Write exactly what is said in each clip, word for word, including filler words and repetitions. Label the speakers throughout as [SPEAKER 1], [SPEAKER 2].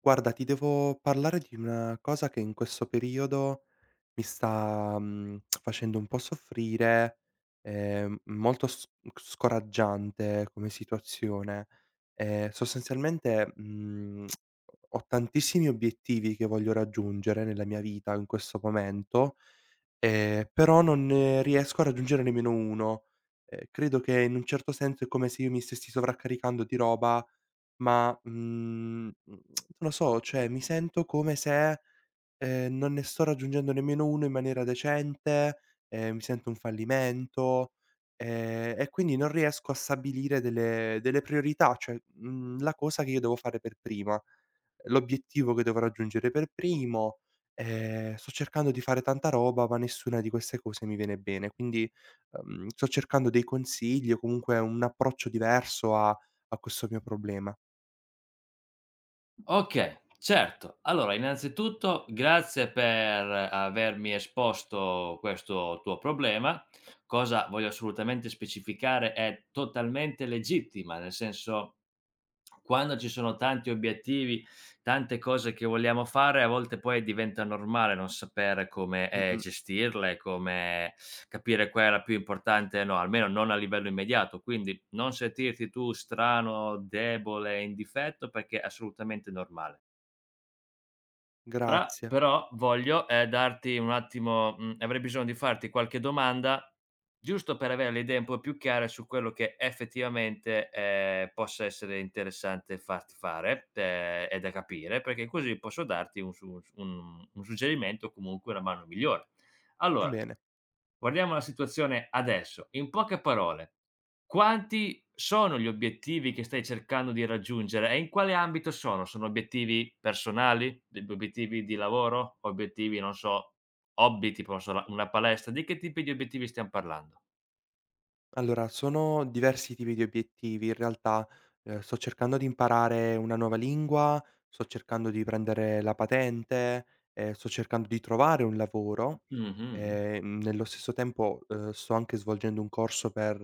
[SPEAKER 1] Guarda, ti devo parlare di una cosa che in questo periodo mi sta, mhmm, facendo un po' soffrire, ehm, molto s scoraggiante come situazione. Ehm, sostanzialmente, mhmm, ho tantissimi obiettivi che voglio raggiungere nella mia vita in questo momento, ehm, però non ne riesco a raggiungere nemmeno uno. Ehm, credo che in un certo senso è come se io mi stessi sovraccaricando di roba ma, mhmm, non lo so, cioè mi sento come se, ehm, non ne sto raggiungendo nemmeno uno in maniera decente, ehm, mi sento un fallimento, ehm, e quindi non riesco a stabilire delle delle priorità, cioè, mhmm, la cosa che io devo fare per prima, l'obiettivo che devo raggiungere per primo. Ehm, sto cercando di fare tanta roba, ma nessuna di queste cose mi viene bene, quindi, uhm, sto cercando dei consigli o comunque un approccio diverso a a questo mio problema.
[SPEAKER 2] Okay, certo. Allora innanzitutto grazie per avermi esposto questo tuo problema. Cosa voglio assolutamente specificare è totalmente legittima, nel senso quando ci sono tanti obiettivi, tante cose che vogliamo fare, a volte poi diventa normale non sapere come, ehm,
[SPEAKER 1] Mh-mh.
[SPEAKER 2] gestirle, come capire qual è la più importante e no, almeno non a livello immediato. Quindi non sentirti tu strano, debole, in difetto perché è assolutamente normale. Ra
[SPEAKER 1] Grazie.
[SPEAKER 2] però voglio, ehm, darti un attimo mhmm, avrei bisogno di farti qualche domanda, giusto per avere le idee un po' più chiare su quello che effettivamente, ehm, possa essere interessante farti fare, ehm, e da capire, perché così posso darti un su un un suggerimento o comunque una mano migliore.
[SPEAKER 1] Va
[SPEAKER 2] Allora
[SPEAKER 1] bene.
[SPEAKER 2] guardiamo la situazione adesso. In poche parole, quanti sono gli obiettivi che stai cercando di raggiungere e in quale ambito sono? Sono obiettivi personali? D obiettivi di lavoro? Obiettivi, non so, hobby tipo non so la una palestra? Di che tipi di obiettivi stiam parlando?
[SPEAKER 1] Allora, sono diversi tipi di obiettivi. In realtà, ehm, sto cercando di imparare una nuova lingua, sto cercando di prendere la patente, ehm, sto cercando di trovare un lavoro.
[SPEAKER 2] Mh-mh.
[SPEAKER 1] Ehm, nello stesso tempo, uhm, sto anche svolgendo un corso per,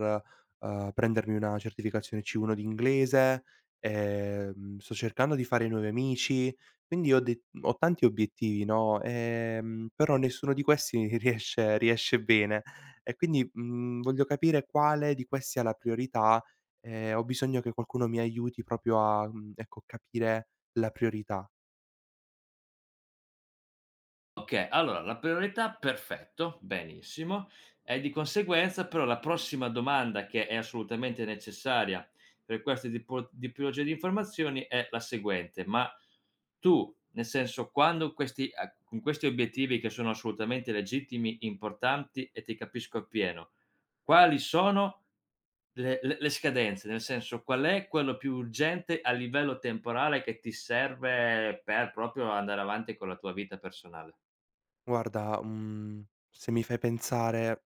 [SPEAKER 1] uhm, prendermi una certificazione C uno di inglese, ehm, sto cercando di fare nuovi amici, quindi ho de ho tanti obiettivi, no, ehm, però nessuno di questi riesce riesce bene. E quindi, mhmm, voglio capire quale di questi ha la priorità, e ho bisogno che qualcuno mi aiuti proprio a, mhmm, ecco, capire la priorità.
[SPEAKER 2] Okay, allora la priorità perfetto, benissimo. E di conseguenza però la prossima domanda che è assolutamente necessaria per queste tipo tipologie di informazioni è la seguente: ma tu, nel senso, quando questi a con questi obiettivi che sono assolutamente legittimi, importanti e ti capisco appieno, quali sono le le le scadenze? Nel senso, qual è quello più urgente a livello temporale che ti serve per proprio andare avanti con la tua vita personale?
[SPEAKER 1] Guarda, mhmm, se mi fai pensare,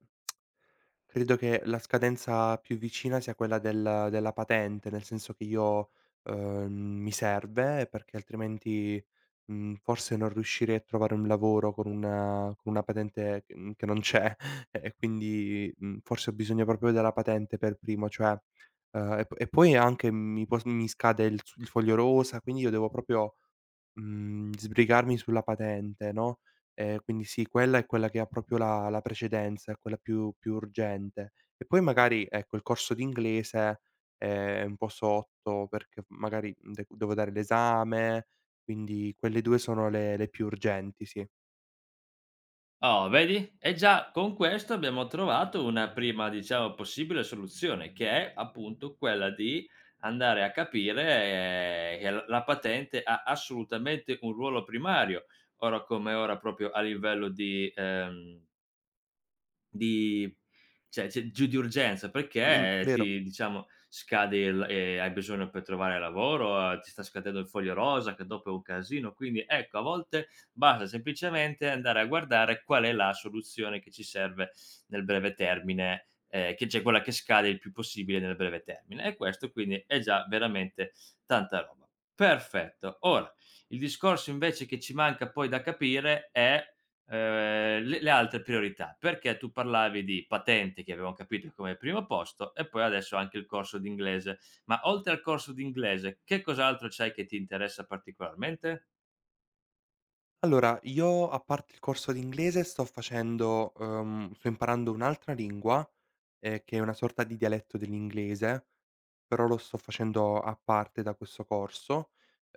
[SPEAKER 1] credo che la scadenza più vicina sia quella del della patente, nel senso che io, uhm, mi serve perché altrimenti, mhmm, forse non riuscirei a trovare un lavoro con una con una patente che mhmm, che non c'è e quindi, mhmm, forse ho bisogno proprio della patente per primo, cioè uhm, e p e poi anche mi pos mi scade il s il foglio rosa, quindi io devo proprio, Mhmm, sbrigarmi sulla patente, no, ehm, quindi sì, quella è quella che ha proprio la la precedenza, è quella più più urgente. E poi magari, ecco, il corso di inglese è un po' sotto perché magari mhmm, de devo dare l'esame, quindi quelle due sono le le più urgenti, sì.
[SPEAKER 2] Oh, vedi? E già con questo abbiamo trovato una prima, diciamo, possibile soluzione, che è appunto quella di andare a capire, ehm, che l la patente ha assolutamente un ruolo primario, ora come ora proprio a livello di, ehm di cioè c'è giù di urgenza,
[SPEAKER 1] Mh-mh,
[SPEAKER 2] perché
[SPEAKER 1] vero.
[SPEAKER 2] ti diciamo scade il ehm, hai bisogno per trovare lavoro, eh, ti sta scadendo il foglio rosa che dopo è un casino, quindi ecco a volte basta semplicemente andare a guardare qual è la soluzione che ci serve nel breve termine, ehm, che c'è quella che scade il più possibile nel breve termine e questo quindi è già veramente tanta roba. Perfetto. Ora, il discorso invece che ci manca poi da capire è ehm, le le altre priorità, perché tu parlavi di patente che avevamo capito come primo posto e poi adesso anche il corso d'inglese. Ma oltre al corso d'inglese, che cos'altro c'hai che ti interessa particolarmente?
[SPEAKER 1] Allora, io a parte il corso di inglese sto facendo, uhm, sto imparando un'altra lingua, ehm, che è una sorta di dialetto dell'inglese, però lo sto facendo a parte da questo corso.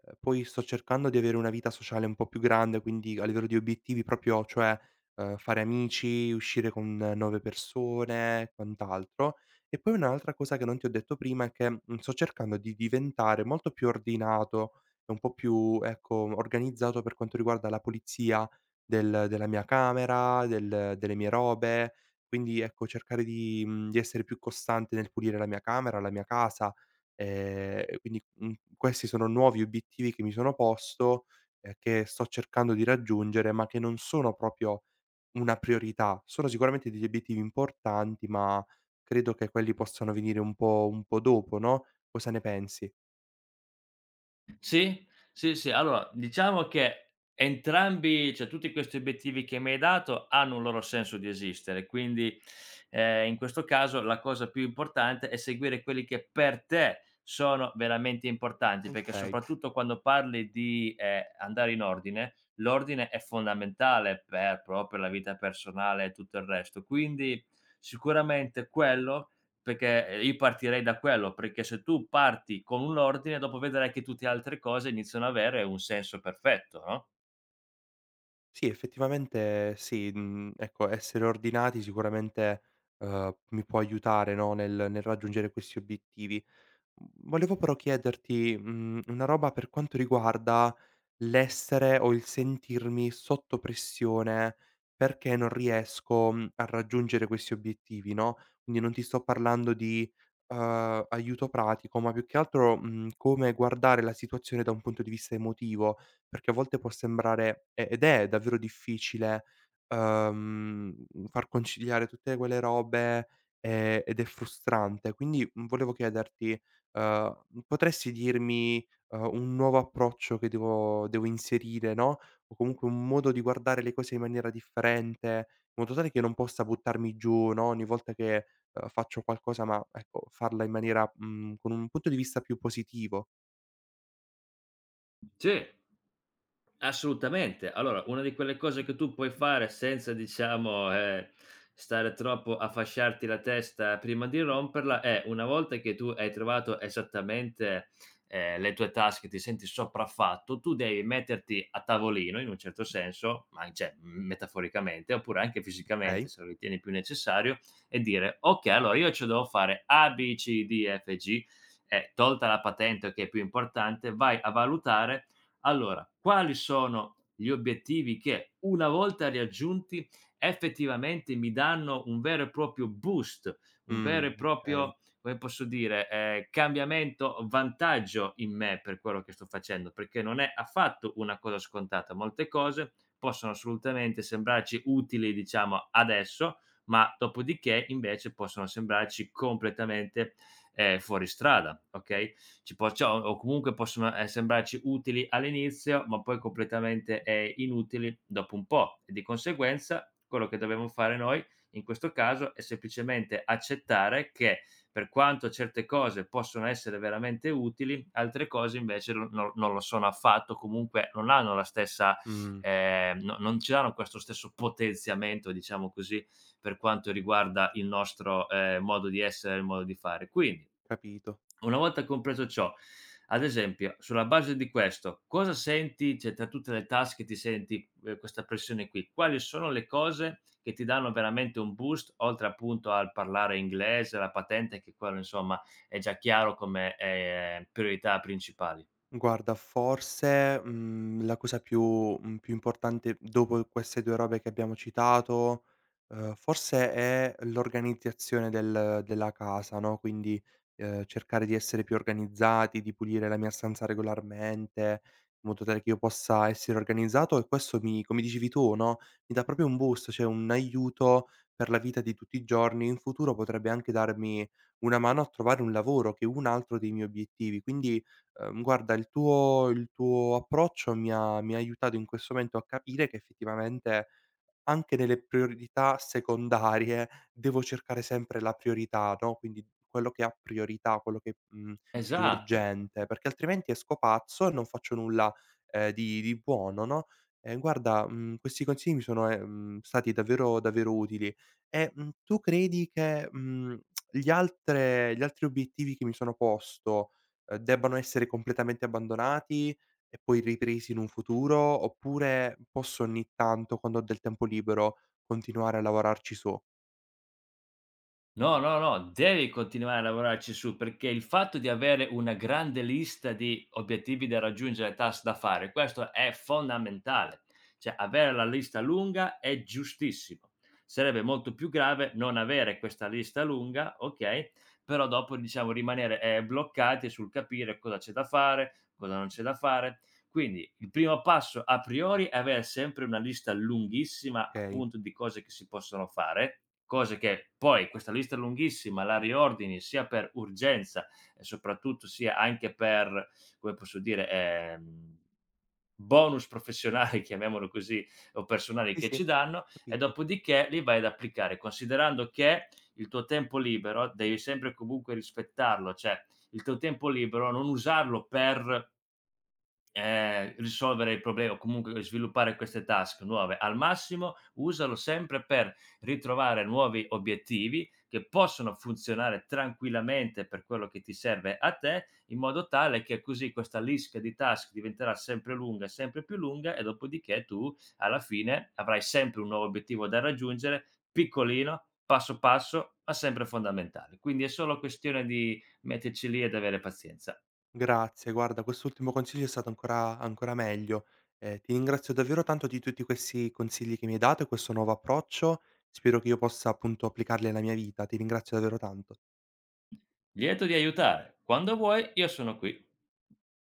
[SPEAKER 1] Ehm, poi sto cercando di avere una vita sociale un po' più grande, quindi a livello di obiettivi proprio, cioè, ehm, fare amici, uscire con eh, nuove persone e quant'altro. E poi un'altra cosa che non ti ho detto prima è che, mhmm, sto cercando di diventare molto più ordinato e un po' più, ecco, organizzato per quanto riguarda la pulizia del della mia camera, del delle mie robe, quindi ecco, cercare di mhmm, di essere più costante nel pulire la mia camera, la mia casa, ehm, e quindi, mhmm, questi sono nuovi obiettivi che mi sono posto, ehm, che sto cercando di raggiungere, ma che non sono proprio una priorità. Sono sicuramente degli obiettivi importanti, ma credo che quelli possano venire un po' un po' dopo, no, cosa ne pensi?
[SPEAKER 2] Sì, sì, sì. Allora, diciamo che entrambi cioè tutti questi obiettivi che mi hai dato hanno un loro senso di esistere, quindi, ehm, in questo caso la cosa più importante è seguire quelli che per te sono veramente importanti, perché
[SPEAKER 1] Okay.
[SPEAKER 2] soprattutto quando parli di, ehm, andare in ordine, l'ordine è fondamentale per proprio la vita personale e tutto il resto. Quindi sicuramente quello perché, ehm, io partirei da quello, perché se tu parti con un ordine dopo vedrai che tutte le altre cose iniziano a avere un senso perfetto, no?
[SPEAKER 1] Sì, effettivamente sì, mhmm, ecco, essere ordinati sicuramente, uhm, mi può aiutare, no, nel nel raggiungere questi obiettivi. Mhmm, Volevo però chiederti, mhmm, una roba per quanto riguarda l'essere o il sentirmi sotto pressione perché non riesco, mhmm, a raggiungere questi obiettivi, no, quindi non ti sto parlando di, uhm, aiuto pratico, ma più che altro, mhmm, come guardare la situazione da un punto di vista emotivo, perché a volte può sembrare e ed è davvero difficile, uhm, far conciliare tutte quelle robe, ehm, ed è frustrante. Quindi, mhmm, volevo chiederti, Ehm, mhmm, potresti dirmi, ehm, un nuovo approccio che devo devo inserire, no, o comunque un modo di guardare le cose in maniera differente, in modo tale che non possa buttarmi giù, no, ogni volta che, ehm, faccio qualcosa, ma ecco, farla in maniera mhmm, con un punto di vista più positivo.
[SPEAKER 2] Sì. Assolutamente. Allora, una di quelle cose che tu puoi fare senza diciamo, ehm, stare troppo a fasciarti la testa prima di romperla, è una volta che tu hai trovato esattamente, ehm, le tue tasche, ti senti sopraffatto, tu devi metterti a tavolino in un certo senso, ma cioè, mhmm, metaforicamente, oppure anche fisicamente
[SPEAKER 1] Okay.
[SPEAKER 2] se lo ritieni più necessario, e dire: "Okay, allora io ce devo fare A B C D E F G", ehm, tolta la patente che è più importante, vai a valutare allora, quali sono gli obiettivi che, una volta raggiunti, effettivamente mi danno un vero e proprio boost, un vero
[SPEAKER 1] Mh,
[SPEAKER 2] e
[SPEAKER 1] okay.
[SPEAKER 2] proprio, come posso dire, ehm, cambiamento, vantaggio in me per quello che sto facendo, perché non è affatto una cosa scontata. Molte cose possono assolutamente sembrarci utili, diciamo, adesso, ma dopodiché invece possono sembrarci completamente, ehm, fuori strada, okay? Ci può cioè, o o comunque possono, ehm, sembrarci utili all'inizio, ma poi completamente, ehm, inutili dopo un po' e di conseguenza quello che dobbiamo fare noi in questo caso è semplicemente accettare che, per quanto certe cose possono essere veramente utili, altre cose invece no no non lo sono affatto, comunque non hanno la stessa
[SPEAKER 1] Mh,
[SPEAKER 2] ehm, no non ci danno questo stesso potenziamento, diciamo così, per quanto riguarda il nostro, ehm, modo di essere, il modo di fare. Quindi
[SPEAKER 1] capito.
[SPEAKER 2] una volta compreso ciò, ad esempio, sulla base di questo, cosa senti, cioè tra tutte le task che ti senti, ehm, questa pressione qui? Quali sono le cose che ti danno veramente un boost, oltre appunto al parlare inglese, la patente che quello insomma è già chiaro come, ehm, priorità principali.
[SPEAKER 1] Guarda, forse, mhmm, la cosa più mhmm, più importante dopo queste due robe che abbiamo citato, uhm, forse è l'organizzazione del della casa, no, quindi, ehm, cercare di essere più organizzati, di pulire la mia stanza regolarmente, in modo tale che io possa essere organizzato e questo mi, come dicevi tu, no, mi dà proprio un boost, cioè un aiuto per la vita di tutti i giorni. In futuro potrebbe anche darmi una mano a trovare un lavoro, che è un altro dei miei obiettivi. Quindi, Ehm, guarda il tuo il tuo approccio mi ha mi ha aiutato in questo momento a capire che effettivamente anche nelle priorità secondarie devo cercare sempre la priorità, no, quindi quello che ha priorità, quello che, mhmm, più
[SPEAKER 2] Esatto.
[SPEAKER 1] urgente, perché altrimenti esco pazzo e non faccio nulla, ehm, di di buono, no. Ehm, guarda, mhmm, questi consigli mi sono, ehm, stati davvero, davvero utili. E, mhmm, tu credi che, mhmm, gli altre gli altri obiettivi che mi sono posto, ehm, debbano essere completamente abbandonati e poi ripresi in un futuro, oppure posso ogni tanto, quando ho del tempo libero, continuare a lavorarci su,
[SPEAKER 2] No, no, no, devi continuare a lavorarci su, perché il fatto di avere una grande lista di obiettivi da raggiungere, task da fare, questo è fondamentale. Cioè avere la lista lunga è giustissimo. Sarebbe molto più grave non avere questa lista lunga, okay, però dopo diciamo rimanere, ehm, bloccati sul capire cosa c'è da fare, cosa non c'è da fare. Quindi il primo passo a priori è avere sempre una lista lunghissima,
[SPEAKER 1] okay?
[SPEAKER 2] appunto, di cose che si possono fare. Cose che poi questa lista lunghissima la riordini sia per urgenza e soprattutto sia anche per, come posso dire, ehm, bonus professionali, chiamiamolo così, o personali
[SPEAKER 1] Sì,
[SPEAKER 2] che
[SPEAKER 1] sì,
[SPEAKER 2] ci danno e
[SPEAKER 1] capito.
[SPEAKER 2] dopodiché li vai ad applicare, considerando che il tuo tempo libero devi sempre comunque rispettarlo, cioè il tuo tempo libero non usarlo per Ehm, risolvere il problema o comunque sviluppare queste task nuove. Al massimo usalo sempre per ritrovare nuovi obiettivi che possono funzionare tranquillamente per quello che ti serve a te, in modo tale che così questa lista di task diventerà sempre lunga e sempre più lunga e dopodiché tu alla fine avrai sempre un nuovo obiettivo da raggiungere, piccolino, passo passo, ma sempre fondamentale. Quindi è solo questione di metterci lì ed avere pazienza.
[SPEAKER 1] Grazie, guarda, quest'ultimo consiglio è stato ancora ancora meglio. Ehm, ti ringrazio davvero tanto di tutti questi consigli che mi hai dato e questo nuovo approccio. Spero che io possa appunto applicarli alla mia vita. Ti ringrazio davvero tanto.
[SPEAKER 2] Lieto di aiutare. Quando vuoi, io sono qui.